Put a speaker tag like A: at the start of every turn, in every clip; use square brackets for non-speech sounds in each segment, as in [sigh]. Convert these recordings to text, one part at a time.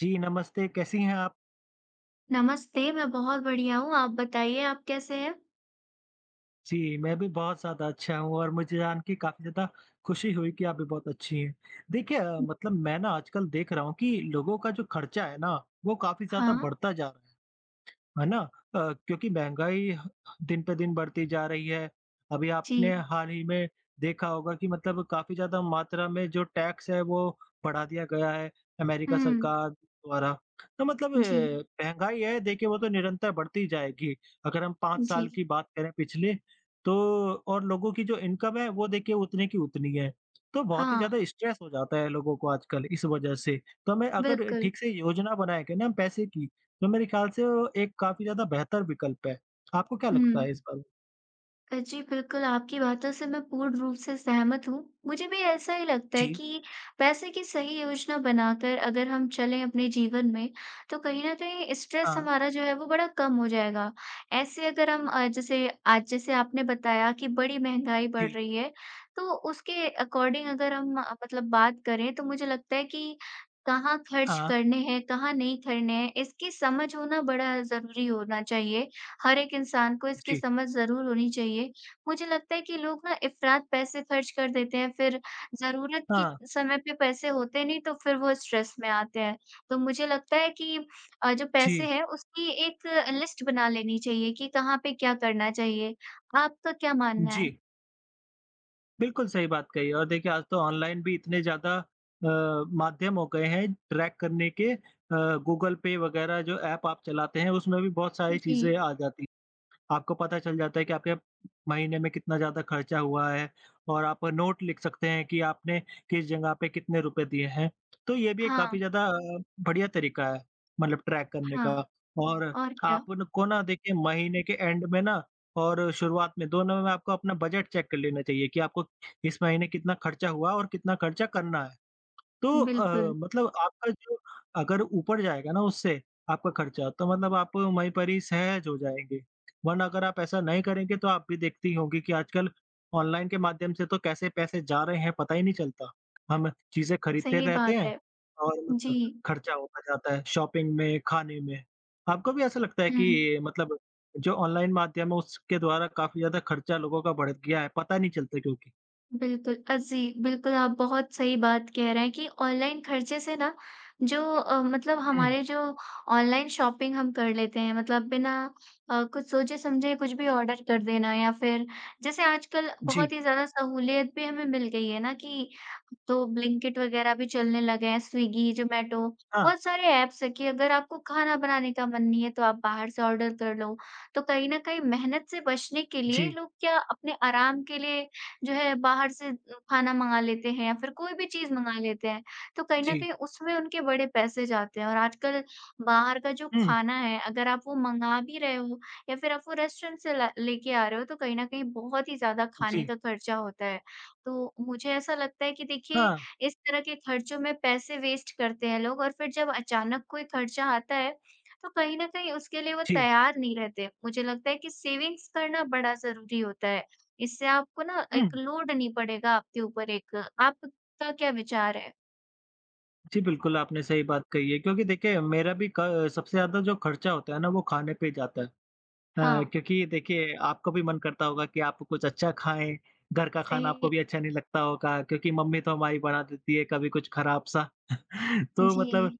A: जी, नमस्ते, कैसी हैं आप?
B: नमस्ते, मैं बहुत बढ़िया हूँ। आप बताइए आप कैसे हैं?
A: जी, मैं भी बहुत ज़्यादा अच्छा हूँ और मुझे जान के काफ़ी ज़्यादा खुशी हुई कि आप भी बहुत अच्छी हैं। देखिए मतलब मैं ना आजकल देख रहा हूँ कि लोगों का जो खर्चा है ना, वो काफ़ी ज़्यादा
B: हाँ,
A: बढ़ता जा रहा है। है ना? अ, क्योंकि महँगाई दिन पे दिन बढ़ती जा रही है। अभी
B: जी।
A: आपने हाल ही में देखा होगा कि मतलब काफ़ी ज़्यादा मात्रा में जो टैक्स है वो बढ़ा दिया गया है, अमेरिका
B: हुँ,
A: सरकार द्वारा। तो मतलब
B: जी,
A: महँगाई है देखिए वो तो निरंतर बढ़ती ही जाएगी। अगर हम 5
B: जी।
A: साल की बात करें पिछले तो और लोगों की जो इनकम है वो देखिए उतनी की उतनी है। तो बहुत ही
B: हाँ,
A: ज़्यादा स्ट्रेस हो जाता है लोगों को आजकल इस वजह से। तो हमें अगर
B: बिल्कुल।
A: ठीक से योजना बनाए के ना पैसे की तो मेरे ख्याल से वो एक काफ़ी ज़्यादा बेहतर विकल्प है। आपको क्या लगता है
B: हुँ।
A: इस बारे में?
B: जी, बिल्कुल, आपकी बातों से मैं पूर्ण रूप से सहमत हूँ। मुझे भी ऐसा ही लगता है
A: जी,
B: कि पैसे की सही योजना बनाकर अगर हम चलें अपने जीवन में, तो कहीं न कहीं स्ट्रेस
A: हाँ,
B: हमारा जो है वो बड़ा कम हो जाएगा। ऐसे अगर हम जैसे आज जैसे आपने बताया कि बड़ी महँगाई बढ़
A: जी,
B: रही है, तो उसके अकॉर्डिंग अगर हम मतलब बात करें तो मुझे लगता है कि कहाँ खर्च
A: हाँ,
B: करने हैं, कहाँ नहीं करने हैं, इसकी समझ होना बड़ा ज़रूरी होना चाहिए। हर एक इंसान को इसकी
A: जी,
B: समझ ज़रूर होनी चाहिए। मुझे लगता है कि लोग ना इफ़रात पैसे खर्च कर देते हैं, फिर ज़रूरत के
A: हाँ,
B: समय पे पैसे होते नहीं तो फिर वो स्ट्रेस में आते हैं। तो मुझे लगता है कि जो पैसे
A: जी,
B: हैं उसकी एक लिस्ट बना लेनी चाहिए कि कहाँ पे क्या करना चाहिए। आपका क्या मानना
A: जी।
B: है?
A: बिल्कुल सही बात कही और देखिए आज तो ऑनलाइन भी इतने ज़्यादा माध्यम हो गए हैं ट्रैक करने के गूगल पे वगैरह जो ऐप आप चलाते हैं उसमें भी बहुत सारी
B: जी।
A: चीज़ें आ जाती आपको पता चल जाता है कि आपके महीने में कितना ज़्यादा खर्चा हुआ है और आप नोट लिख सकते हैं कि आपने किस जगह पे कितने रुपए दिए हैं। तो ये भी एक काफ़ी
B: हाँ,
A: ज़्यादा बढ़िया तरीका है मतलब ट्रैक करने
B: हाँ।
A: का और
B: और क्या?
A: आप न को ना देखिए महीने के एंड में ना और शुरुआत में दोनों में आपको अपना बजट चेक कर लेना चाहिए कि आपको इस महीने कितना खर्चा हुआ और कितना खर्चा करना है। तो
B: बिल्कुल,
A: मतलब आपका जो अगर ऊपर जाएगा ना उससे आपका खर्चा तो मतलब आप वहीं पर ही सहज हो जाएँगे। वरना अगर आप ऐसा नहीं करेंगे तो आप भी देखती होंगी कि आजकल ऑनलाइन के माध्यम से तो कैसे पैसे जा रहे हैं पता ही नहीं चलता। हम चीज़ें खरीदते
B: सही
A: रहते
B: बात
A: हैं
B: है।
A: और
B: जी।
A: मतलब खर्चा होता जाता है शॉपिंग में, खाने में। आपको भी ऐसा लगता है
B: हुँ।
A: कि मतलब जो ऑनलाइन माध्यम है उसके द्वारा काफ़ी ज़्यादा खर्चा लोगों का बढ़ गया है, पता नहीं चलता क्योंकि?
B: बिल्कुल जी, बिल्कुल आप बहुत सही बात कह रहे हैं कि ऑनलाइन खर्चे से ना जो मतलब
A: हुँ,
B: हमारे जो ऑनलाइन शॉपिंग हम कर लेते हैं मतलब बिना कुछ सोचे-समझे कुछ भी ऑर्डर कर देना या फिर जैसे आजकल
A: जी।
B: बहुत ही ज़्यादा सहूलियत भी हमें मिल गई है ना कि तो ब्लिंकिट वगैरह भी चलने लगे हैं, स्विगी, ज़ोमैटो
A: हाँ,
B: बहुत सारे ऐप्स हैं कि अगर आपको खाना बनाने का मन नहीं है तो आप बाहर से ऑर्डर कर लो। तो कहीं न कहीं मेहनत से बचने के लिए
A: जी,
B: लोग क्या अपने आराम के लिए जो है बाहर से खाना मँगा लेते हैं या फिर कोई भी चीज़ मँगा लेते हैं। तो कहीं न
A: जी।
B: कहीं उसमें उनके बड़े पैसे जाते हैं और आजकल बाहर का जो
A: हुँ,
B: खाना है अगर आप वो मँगा भी रहे हो या फिर आप वो रेस्टोरेंट से ला लेके आ रहे हो तो कहीं न कहीं बहुत ही ज़्यादा खाने
A: जी।
B: का खर्चा होता है। तो मुझे ऐसा लगता है कि देखिए
A: हाँ,
B: इस तरह के खर्चों में पैसे वेस्ट करते हैं लोग और फिर जब अचानक कोई खर्चा आता है तो कहीं न कहीं उसके लिए वो
A: जी।
B: तैयार नहीं रहते। मुझे लगता है कि सेविंग्स करना बड़ा ज़रूरी होता है। इससे आपको ना
A: हुँ।
B: एक लोड नहीं पड़ेगा आपके ऊपर एक आपका क्या विचार है?
A: जी, बिल्कुल आपने सही बात कही है क्योंकि देखिए मेरा भी क सबसे ज़्यादा जो खर्चा होता है ना वो खाने पे ही जाता है।
B: हाँ,
A: क्योंकि देखिए आपको भी मन करता होगा कि आप कुछ अच्छा खाएँ, घर का खाना आपको
B: सही
A: भी अच्छा नहीं लगता होगा क्योंकि मम्मी तो हमारी बना देती है कभी कुछ खराब-सा। [laughs] तो मतलब
B: जी,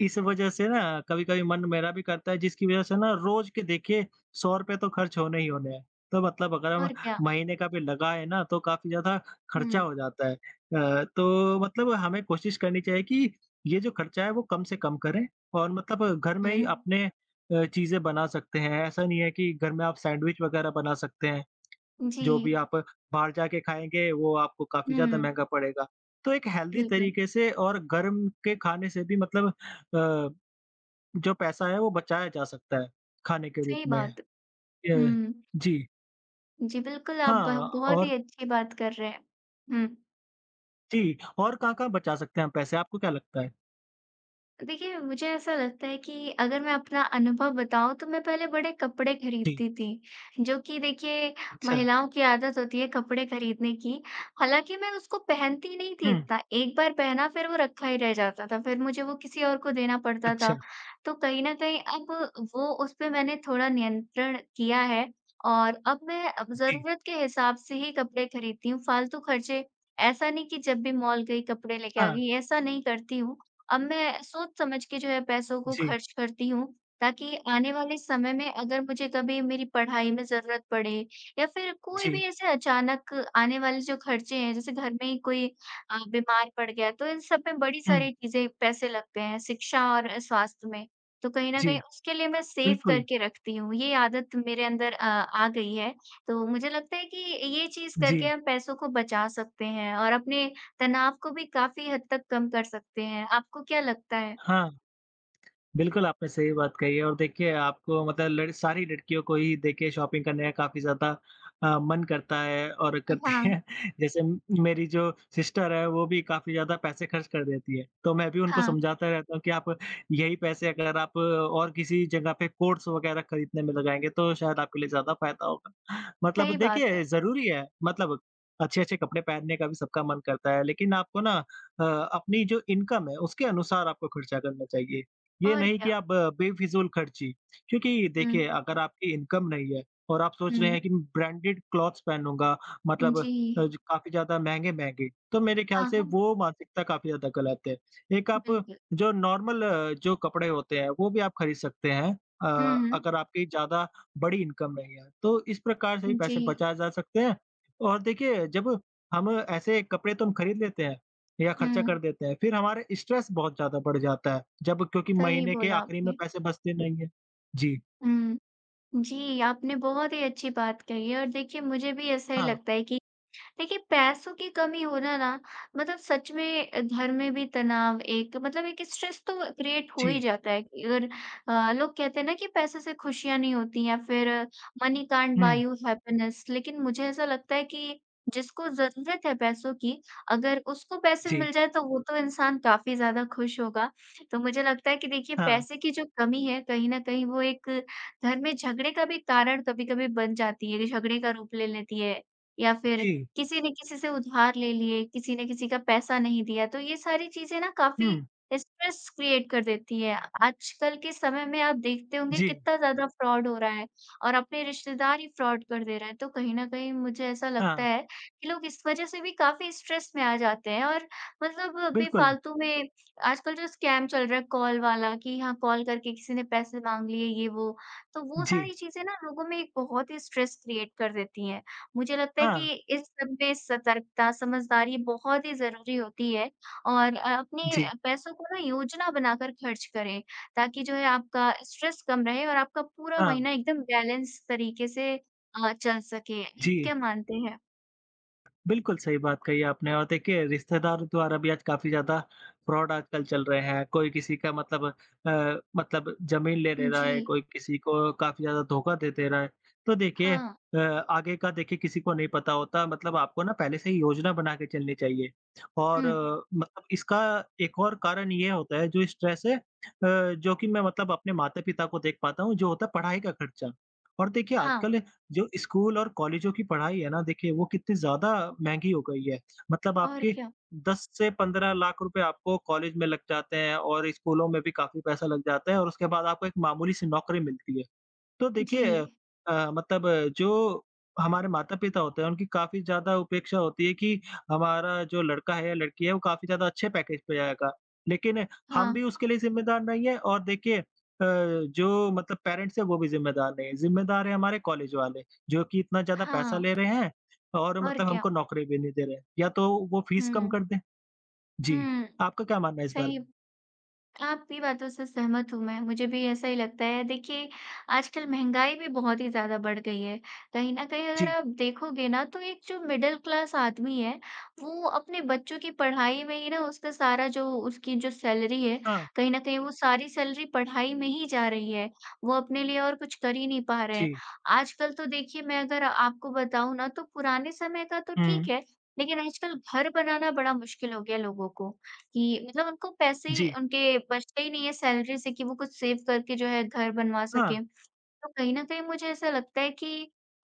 A: इस वजह से ना कभी-कभी मन मेरा भी करता है जिसकी वजह से ना रोज के देखिए ₹100 तो खर्च होने ही होने हैं। तो मतलब अगर हम
B: और क्या?
A: महीने का भी लगाएँ ना तो काफ़ी ज़्यादा खर्चा
B: हुँ,
A: हो जाता है। तो मतलब हमें कोशिश करनी चाहिए कि ये जो खर्चा है वो कम से कम करें और मतलब घर में
B: हुँ,
A: ही अपने चीज़ें बना सकते हैं। ऐसा नहीं है कि घर में आप सैंडविच वगैरह बना सकते हैं,
B: जी,
A: जो भी आप बाहर जाके खाएँगे वो आपको काफ़ी ज़्यादा
B: हुँ,
A: महँगा पड़ेगा। तो एक हेल्दी
B: बिल्कुल,
A: तरीके से और गर्म के खाने से भी मतलब अ, जो पैसा है वो बचाया जा सकता है, खाने के रूप
B: सही
A: में।
B: बात।
A: ये
B: हुँ,
A: जी,
B: जी, बिल्कुल आप ब
A: हाँ
B: बहुत ही
A: और
B: अच्छी बात कर रहे हैं। हुँ।
A: जी, और कहाँ-कहाँ बचा सकते हैं हम पैसे, आपको क्या लगता है?
B: देखिए, मुझे ऐसा लगता है कि अगर मैं अपना अनुभव बताऊँ तो मैं पहले बड़े कपड़े
A: जी,
B: खरीदती थी, जो कि देखिए
A: अच्छा,
B: महिलाओं की आदत होती है कपड़े खरीदने की। हालाँकि मैं उसको पहनती नहीं थी
A: हुँ,
B: इतना, एक बार पहना फिर वो रखा ही रह जाता था, फिर मुझे वो किसी और को देना पड़ता
A: अच्छा,
B: था। तो कहीं न कहीं अब वो उस पे मैंने थोड़ा नियंत्रण किया है और अब मैं अब
A: जी,
B: ज़रूरत के हिसाब से ही कपड़े खरीदती हूँ, फालतू खर्चे ऐसा नहीं कि जब भी मॉल गई कपड़े लेके आ
A: हाँ,
B: गई, ऐसा नहीं करती हूँ। अब मैं सोच समझ के जो है पैसों को
A: जी,
B: खर्च करती हूँ, ताकि आने वाले समय में अगर मुझे कभी मेरी पढ़ाई में ज़रूरत पड़े या फिर कोई भी
A: जी,
B: ऐसे अचानक आने वाले जो खर्चे हैं, जैसे घर में ही कोई बीमार पड़ गया, तो इन सब में बड़ी
A: हुँ,
B: सारी चीज़ें पैसे लगते हैं, शिक्षा और स्वास्थ्य में। तो कहीं न
A: जी,
B: कहीं उसके लिए मैं सेव
A: बिल्कुल,
B: करके रखती हूँ, ये आदत मेरे अंदर आ गई है। तो मुझे लगता है कि ये चीज़ करके
A: जी,
B: हम पैसों को बचा सकते हैं और अपने तनाव को भी काफ़ी हद तक कम कर सकते हैं, आपको क्या लगता है?
A: हाँ। बिल्कुल, आपने सही बात कही है और देखिए आपको मतलब लड़ सारी लड़कियों को ही देखिए शॉपिंग करने का काफ़ी ज़्यादा मन करता है और करती
B: हाँ,
A: हैं। [laughs] जैसे मेरी जो सिस्टर है वो भी काफ़ी ज़्यादा पैसे खर्च कर देती है। तो मैं भी उनको
B: हाँ,
A: समझाता रहता हूँ कि आप यही पैसे अगर आप और किसी जगह पे कोट्स वग़ैरह खरीदने में लगाएँगे तो शायद आपके लिए ज़्यादा फ़ायदा होगा। [laughs] मतलब
B: सही बात है,
A: देखिए ज़रूरी है मतलब अच्छे-अच्छे कपड़े पहनने का भी सबका मन करता है लेकिन आपको ना अपनी जो इनकम है उसके अनुसार आपको खर्चा करना चाहिए। ये
B: और
A: नहीं
B: क्या।
A: कि आप बेफिज़ूल खर्ची, क्योंकि
B: हुँ,
A: देखिए अगर आपकी इनकम नहीं है और आप सोच रहे
B: हुँ,
A: हैं कि ब्रांडेड क्लॉथ्स पहनूँगा मतलब
B: जी,
A: अ, ज काफ़ी ज़्यादा महँगे-महँगे, तो मेरे ख़्याल
B: हाँ,
A: से
B: हाँ,
A: वो मानसिकता काफ़ी ज़्यादा गलत है। एक आप
B: बिल्कुल।
A: जो नॉर्मल जो कपड़े होते हैं वो भी आप खरीद सकते हैं अ,
B: हुँ,
A: अगर आपकी ज़्यादा बड़ी इनकम नहीं है, तो इस प्रकार से भी
B: जी,
A: पैसे बचाए जा सकते हैं। और देखिए जब हम ऐसे कपड़े तो हम खरीद लेते हैं या खर्चा कर
B: हुँ,
A: देते हैं। फिर हमारे स्ट्रेस बहुत ज़्यादा बढ़ जाता है, जब क्योंकि
B: सही
A: महीने के
B: बोला
A: आखिरी में
B: आपने।
A: पैसे बचते नहीं हैं। जी,
B: हुँ, जी, आपने बहुत ही अच्छी बात कही है और देखिए मुझे भी ऐसा ही
A: हाँ,
B: लगता है कि देखिए पैसों की कमी होना ना मतलब सच में घर में भी तनाव एक मतलब एक स्ट्रेस तो क्रिएट हो ही
A: जी,
B: जाता है कि अगर लोग कहते हैं ना कि पैसे से खुशियां नहीं होती या फिर money can't buy
A: hmm,
B: you happiness लेकिन मुझे ऐसा लगता है कि जिसको जरूरत है पैसों की अगर उसको पैसे
A: जी,
B: मिल जाए तो वो तो इंसान काफी ज्यादा खुश होगा तो मुझे लगता है कि देखिए
A: हाँ,
B: पैसे की जो कमी है कहीं ना कहीं वो एक घर में झगड़े का भी कारण कभी कभी बन जाती है झगड़े का रूप ले लेती है या फिर
A: जी,
B: किसी ने किसी से उधार ले लिए, किसी ने किसी का पैसा नहीं दिया, तो ये सारी चीज़ें ना काफ़ी
A: हुँ,
B: स्ट्रेस क्रिएट कर देती है। आजकल के समय में आप देखते होंगे
A: जी,
B: कितना ज़्यादा फ्रॉड हो रहा है और अपने रिश्तेदार ही फ्रॉड कर दे रहे हैं, तो कहीं न कहीं मुझे ऐसा लगता
A: हाँ,
B: है कि लोग इस वज़ह से भी काफ़ी स्ट्रेस में आ जाते हैं और मतलब
A: बिल्कुल,
B: बेफ़ालतू में आजकल जो स्कैम चल रहा है कॉल वाला कि हाँ, कॉल करके किसी ने पैसे माँग लिए ये वो, तो वो
A: जी,
B: सारी चीज़ें ना लोगों में एक बहुत ही स्ट्रेस क्रिएट कर देती हैं। मुझे लगता है
A: हाँ,
B: कि इस सब में सतर्कता, समझदारी बहुत ही ज़रूरी होती है और अपने
A: जी,
B: पैसों को ना योजना बनाकर खर्च करें, ताकि जो है आपका स्ट्रेस कम रहे और आपका पूरा
A: हाँ,
B: महीना एकदम बैलेंस तरीके से चल सके। आप
A: जी।
B: क्या मानते हैं?
A: बिल्कुल, सही बात कही आपने और देखिए रिश्तेदारों द्वारा भी आज काफ़ी ज़्यादा फ्रॉड आजकल चल रहे हैं। कोई किसी का मतलब मतलब ज़मीन ले ले रहा
B: जी।
A: है, कोई किसी को काफ़ी ज़्यादा धोखा दे दे रहा है। तो देखिए
B: हाँ।
A: आगे का देखिए किसी को नहीं पता होता मतलब आपको ना पहले से ही योजना बना के चलनी चाहिए।
B: हुँ।
A: और मतलब इसका एक और कारण ये होता है जो स्ट्रेस है जो कि मैं मतलब अपने माता-पिता को देख पाता हूँ, जो होता है पढ़ाई का खर्चा। और देखिए
B: हाँ,
A: आजकल जो स्कूल और कॉलेजों की पढ़ाई है ना देखिए वो कितनी ज़्यादा महँगी हो गई है। मतलब
B: और
A: आपके
B: क्या?
A: 10 से 15 लाख रुपए आपको कॉलेज में लग जाते हैं और स्कूलों में भी काफ़ी पैसा लग जाता है और उसके बाद आपको एक मामूली-सी नौकरी मिलती है। तो
B: जी।
A: देखिए मतलब जो हमारे माता-पिता होते हैं, उनकी काफ़ी ज़्यादा उपेक्षा होती है कि हमारा जो लड़का है या लड़की है, वो काफ़ी ज़्यादा अच्छे पैकेज पे जाएगा। लेकिन हम
B: हाँ,
A: भी उसके लिए ज़िम्मेदार नहीं है और देखिए जो मतलब पेरेंट्स हैं, वो भी ज़िम्मेदार नहीं है। ज़िम्मेदार है हमारे कॉलेज वाले, जो कि इतना ज़्यादा पैसा
B: हाँ,
A: ले रहे हैं और
B: और
A: मतलब
B: क्या?
A: हमको नौकरी भी नहीं दे रहे हैं, या तो वो फ़ीस कम
B: हुँ,
A: कर दें। जी,
B: हुँ,
A: आपका क्या मानना है इस बारे
B: सही
A: में?
B: आपकी बातों से सहमत हूँ मैं, मुझे भी ऐसा ही लगता है। देखिए, आजकल महँगाई भी बहुत ही ज़्यादा बढ़ गई है। कहीं न कहीं अगर
A: जी,
B: आप देखोगे ना, तो एक जो मिडल क्लास आदमी है, वो अपने बच्चों की पढ़ाई में ही ना उसका सारा जो उसकी जो सैलरी है,
A: हाँ,
B: कहीं न कहीं वो सारी सैलरी पढ़ाई में ही जा रही है। वो अपने लिए और कुछ कर ही नहीं पा रहे हैं।
A: जी,
B: आजकल तो देखिए, मैं अगर आपको बताऊँ ना, तो पुराने समय का तो
A: हुँ,
B: ठीक है, लेकिन आजकल घर बनाना बड़ा मुश्किल हो गया लोगों को। कि मतलब उनको पैसे
A: जी,
B: उनके बचते ही नहीं है सैलरी से कि वो कुछ सेव करके जो है घर बनवा
A: हाँ,
B: सकें। तो कहीं न कहीं मुझे ऐसा लगता है कि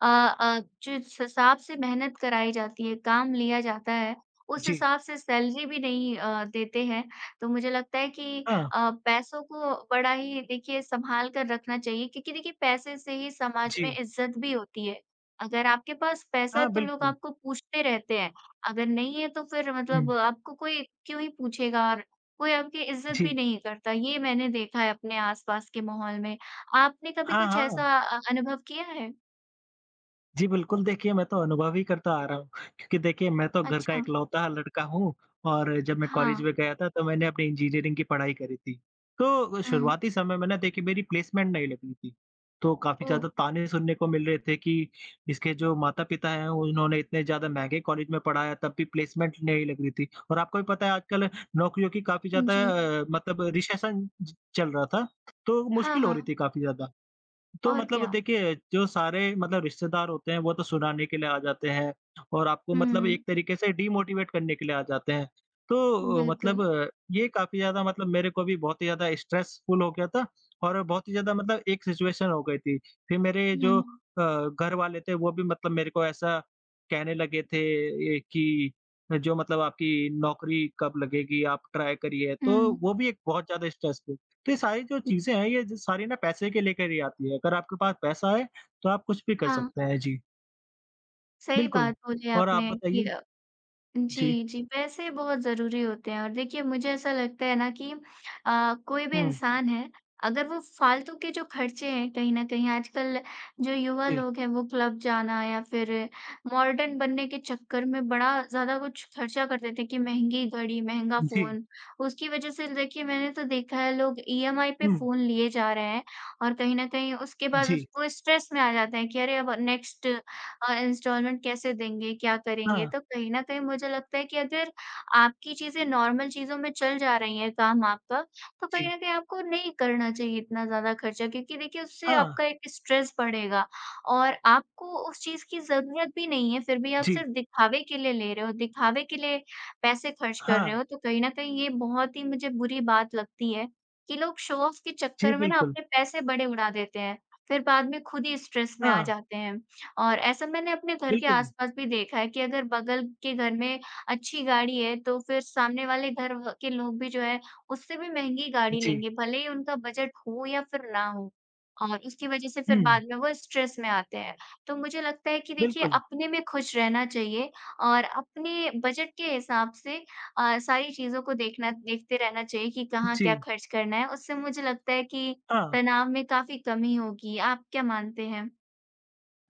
B: जिस हिसाब से मेहनत कराई जाती है, काम लिया जाता है, उस
A: जी,
B: हिसाब से सैलरी भी नहीं देते हैं। तो मुझे लगता है कि
A: हाँ,
B: पैसों को बड़ा ही देखिए सँभाल कर रखना चाहिए क्योंकि देखिए पैसे से ही समाज
A: जी।
B: में इज़्ज़त भी होती है। अगर आपके पास पैसा है
A: हाँ,
B: तो लोग
A: बिल्कुल।
B: आपको पूछते रहते हैं, अगर नहीं है तो फिर
A: हुँ,
B: मतलब आपको कोई क्यों ही पूछेगा और कोई आपकी इज़्ज़त भी
A: जी।
B: नहीं करता। ये मैंने देखा है अपने आस-पास के माहौल में। आपने कभी
A: हाँ,
B: कुछ
A: हाँ।
B: ऐसा अनुभव किया है?
A: जी, बिल्कुल देखिए मैं तो अनुभव ही करता आ रहा हूँ क्योंकि देखिए मैं तो घर का
B: अच्छा,
A: इकलौता लड़का हूँ और जब मैं कॉलेज
B: हाँ,
A: में गया था तो मैंने अपनी इंजीनियरिंग की पढ़ाई करी थी। तो
B: हुँ।
A: शुरुआती समय में ना देखिए मेरी प्लेसमेंट नहीं लगी थी। तो काफ़ी
B: ओह!
A: ज़्यादा ताने सुनने को मिल रहे थे कि इसके जो माता-पिता हैं उन्होंने इतने ज़्यादा महँगे कॉलेज में पढ़ाया तब भी प्लेसमेंट नहीं लग रही थी और आपको भी पता है आजकल नौकरियों की काफ़ी ज़्यादा
B: जी।
A: मतलब रिसेशन च चल रहा था, तो
B: हाँ,
A: मुश्किल हो रही
B: हाँ,
A: थी काफ़ी ज़्यादा। तो
B: और
A: मतलब
B: क्या?
A: देखिए, जो सारे मतलब रिश्तेदार होते हैं, वो तो सुनाने के लिए आ जाते हैं और आपको मतलब
B: हुँ,
A: एक तरीके से डीमोटिवेट करने के लिए आ जाते हैं। तो मतलब
B: बिल्कुल।
A: ये काफ़ी ज़्यादा मतलब मेरे को भी बहुत ही ज़्यादा स्ट्रेसफुल हो गया था और बहुत ही ज़्यादा मतलब एक सिचुएशन हो गई थी। फिर मेरे
B: हुँ,
A: जो घर वाले थे, वो भी मतलब मेरे को ऐसा कहने लगे थे ये कि जो मतलब आपकी नौकरी कब लगेगी, आप ट्राई करिए।
B: हुँ।
A: तो वो भी एक बहुत ज़्यादा स्ट्रेसफुल तो ये सारी जो चीज़ें हैं, ये ज सारी ना पैसे के लेकर ही आती है। अगर आपके पास पैसा है, तो आप कुछ भी कर
B: हाँ,
A: सकते हैं। जी,
B: सही
A: बिल्कुल।
B: बात बोली
A: और आप
B: आपने कि
A: बताइए? जी।
B: जी, जी, पैसे बहुत ज़रूरी होते हैं और देखिए मुझे ऐसा लगता है ना कि कोई भी
A: हुँ,
B: इंसान है, अगर वो फालतू के जो खर्चे हैं कहीं न कहीं आजकल जो युवा
A: जी,
B: लोग हैं वो क्लब जाना या फिर मॉडर्न बनने के चक्कर में बड़ा ज़्यादा कुछ खर्चा कर देते हैं कि महँगी घड़ी, महँगा
A: जी,
B: फ़ोन। उसकी वजह से देखिए मैंने तो देखा है लोग ईएमआई पे
A: हुँ,
B: फ़ोन लिए जा रहे हैं और कहीं न कहीं उसके बाद
A: जी,
B: उस वो स्ट्रेस में आ जाते हैं कि अरे अब नेक्स्ट इंस्टॉलमेंट कैसे देंगे, क्या करेंगे?
A: हाँ,
B: तो कहीं न कहीं मुझे लगता है कि अगर आपकी चीज़ें नॉर्मल चीज़ों में चल जा रही हैं, काम आपका, तो कहीं
A: जी,
B: न कहीं आपको नहीं करना चाहिए इतना ज़्यादा खर्चा क्योंकि देखिए उससे
A: हाँ,
B: आपका एक स्ट्रेस बढ़ेगा और आपको उस चीज़ की ज़रूरत भी नहीं है, फिर भी आप
A: जी,
B: सिर्फ़ दिखावे के लिए ले रहे हो, दिखावे के लिए पैसे खर्च कर
A: हाँ,
B: रहे हो, तो कहीं न कहीं ये बहुत ही मुझे बुरी बात लगती है कि लोग शो ऑफ के
A: जी,
B: चक्कर में ना
A: बिल्कुल,
B: अपने पैसे बड़े उड़ा देते हैं, फिर बाद में खुद ही स्ट्रेस में आ
A: हाँ,
B: जाते हैं। और ऐसा मैंने अपने घर के
A: बिल्कुल,
B: आसपास भी देखा है कि अगर बगल के घर में अच्छी गाड़ी है, तो फिर सामने वाले घर व के लोग भी जो है, उससे भी महँगी गाड़ी
A: जी,
B: लेंगे, भले ही उनका बजट हो या फिर ना हो। और उसकी वजह से फिर
A: हुँ,
B: बाद में वो स्ट्रेस में आते हैं। तो मुझे लगता है कि देखिए
A: बिल्कुल,
B: अपने में खुश रहना चाहिए और अपने बजट के हिसाब से सारी चीज़ों को देखना देखते रहना चाहिए कि कहाँ क्या
A: जी,
B: खर्च करना है। उससे मुझे लगता है कि
A: हाँ।
B: तनाव में काफ़ी कमी होगी। आप क्या मानते हैं?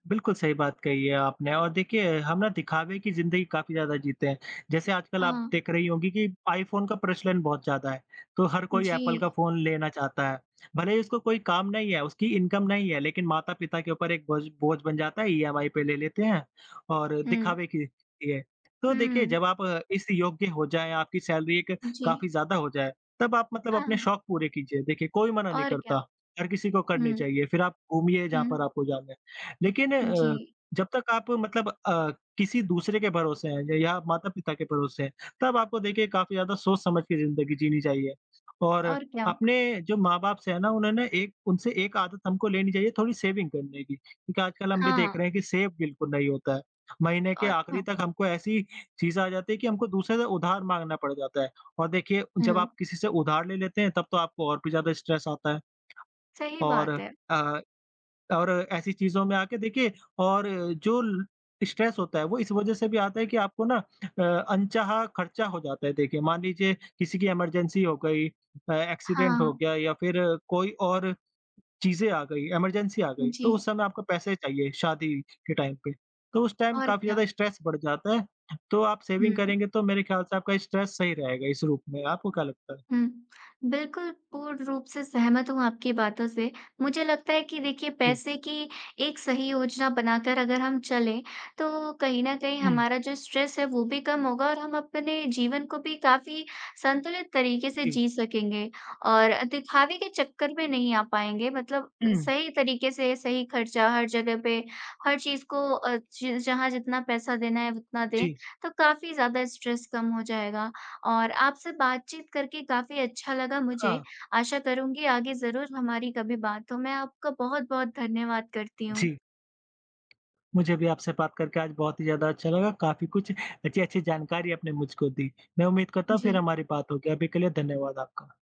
A: बिल्कुल सही बात कही है आपने और देखिए हम ना दिखावे की ज़िंदगी काफ़ी ज़्यादा जीते हैं। जैसे आजकल आप
B: हाँ।
A: देख रही होंगी कि आईफ़ोन का प्रचलन बहुत ज़्यादा है, तो हर कोई
B: जी।
A: एप्पल का फ़ोन लेना चाहता है। भले ही उसको कोई काम नहीं है, उसकी इनकम नहीं है लेकिन माता-पिता के ऊपर एक बोझ बोझ बन जाता है, ईएमआई पे ले लेते हैं और
B: हुँ,
A: दिखावे के लिए। तो देखिए
B: हुँ,
A: जब आप इस योग्य हो जाएँ, आपकी सैलरी एक
B: जी।
A: काफ़ी ज़्यादा हो जाए, तब आप मतलब
B: हाँ,
A: अपने
B: हाँ।
A: शौक पूरे कीजिए। देखिए कोई मना नहीं
B: और क्या?
A: करता, हर किसी को करनी
B: हुँ,
A: चाहिए, फिर आप घूमिए जहाँ
B: हुँ,
A: पर आपको जाना है। लेकिन
B: जी।
A: जब तक आप मतलब किसी दूसरे के भरोसे हैं या माता-पिता के भरोसे हैं, तब आपको देखिए काफ़ी ज़्यादा सोच-समझ के ज़िंदगी जीनी चाहिए। और
B: और क्या?
A: अपने जो माँ-बाप से है ना, उन्होंने एक उनसे एक आदत हमको लेनी चाहिए थोड़ी सेविंग करने की, क्योंकि आजकल हम भी
B: हाँ,
A: देख रहे हैं कि सेव बिल्कुल नहीं होता है। महीने के
B: और
A: आखिरी
B: क्या?
A: तक हमको ऐसी चीज़ आ जाती है कि हमको दूसरे से उधार माँगना पड़ जाता है। और देखिए जब
B: हुँ,
A: आप किसी से उधार ले लेते हैं, तब तो आपको और भी ज़्यादा स्ट्रेस आता है
B: सही
A: और
B: बात है।
A: अ और ऐसी चीज़ों में आके देखिए और जो ल स्ट्रेस होता है वो इस वज़ह से भी आता है कि आपको ना अनचाहा खर्चा हो जाता है। देखिए मान लीजिए किसी की इमरजेंसी हो गई एक्सीडेंट
B: हाँ,
A: हो गया या फिर कोई और चीज़ें आ गई, इमरजेंसी आ गई,
B: जी।
A: तो उस समय आपको पैसे चाहिए शादी के टाइम पे। तो उस टाइम
B: और
A: काफ़ी
B: क्या?
A: ज़्यादा स्ट्रेस बढ़ जाता है, तो आप सेविंग
B: हुँ।
A: करेंगे तो मेरे ख्याल से आपका स्ट्रेस सही रहेगा इस रूप में। आपको क्या लगता है?
B: हुँ। बिल्कुल, पूर्ण रूप से सहमत हूँ आपकी बातों से। मुझे लगता है कि देखिए
A: जी।
B: पैसे की एक सही योजना बनाकर अगर हम चलें, तो कहीं न कहीं
A: हुँ,
B: हमारा जो स्ट्रेस है वो भी कम होगा और हम अपने जीवन को भी काफ़ी संतुलित तरीके से
A: जी।
B: जी सकेंगे और दिखावे के चक्कर में नहीं आ पाएँगे। मतलब
A: हुँ,
B: सही तरीके से सही खर्चा हर जगह पे, हर चीज़ को ज जहाँ जितना पैसा देना है उतना दें,
A: जी।
B: तो काफ़ी ज़्यादा स्ट्रेस कम हो जाएगा। और आपसे बातचीत करके काफ़ी अच्छा लगा
A: हाँ,
B: मुझे। आशा करूँगी आगे ज़रूर हमारी कभी बात हो। मैं आपका बहुत-बहुत धन्यवाद करती हूँ।
A: जी। मुझे भी आपसे बात करके आज बहुत ही ज़्यादा अच्छा लगा। काफ़ी कुछ अच्छी-अच्छी जानकारी आपने मुझको दी। मैं उम्मीद करता हूँ
B: जी।
A: फिर हमारी बात होगी। अभी के लिए धन्यवाद आपका।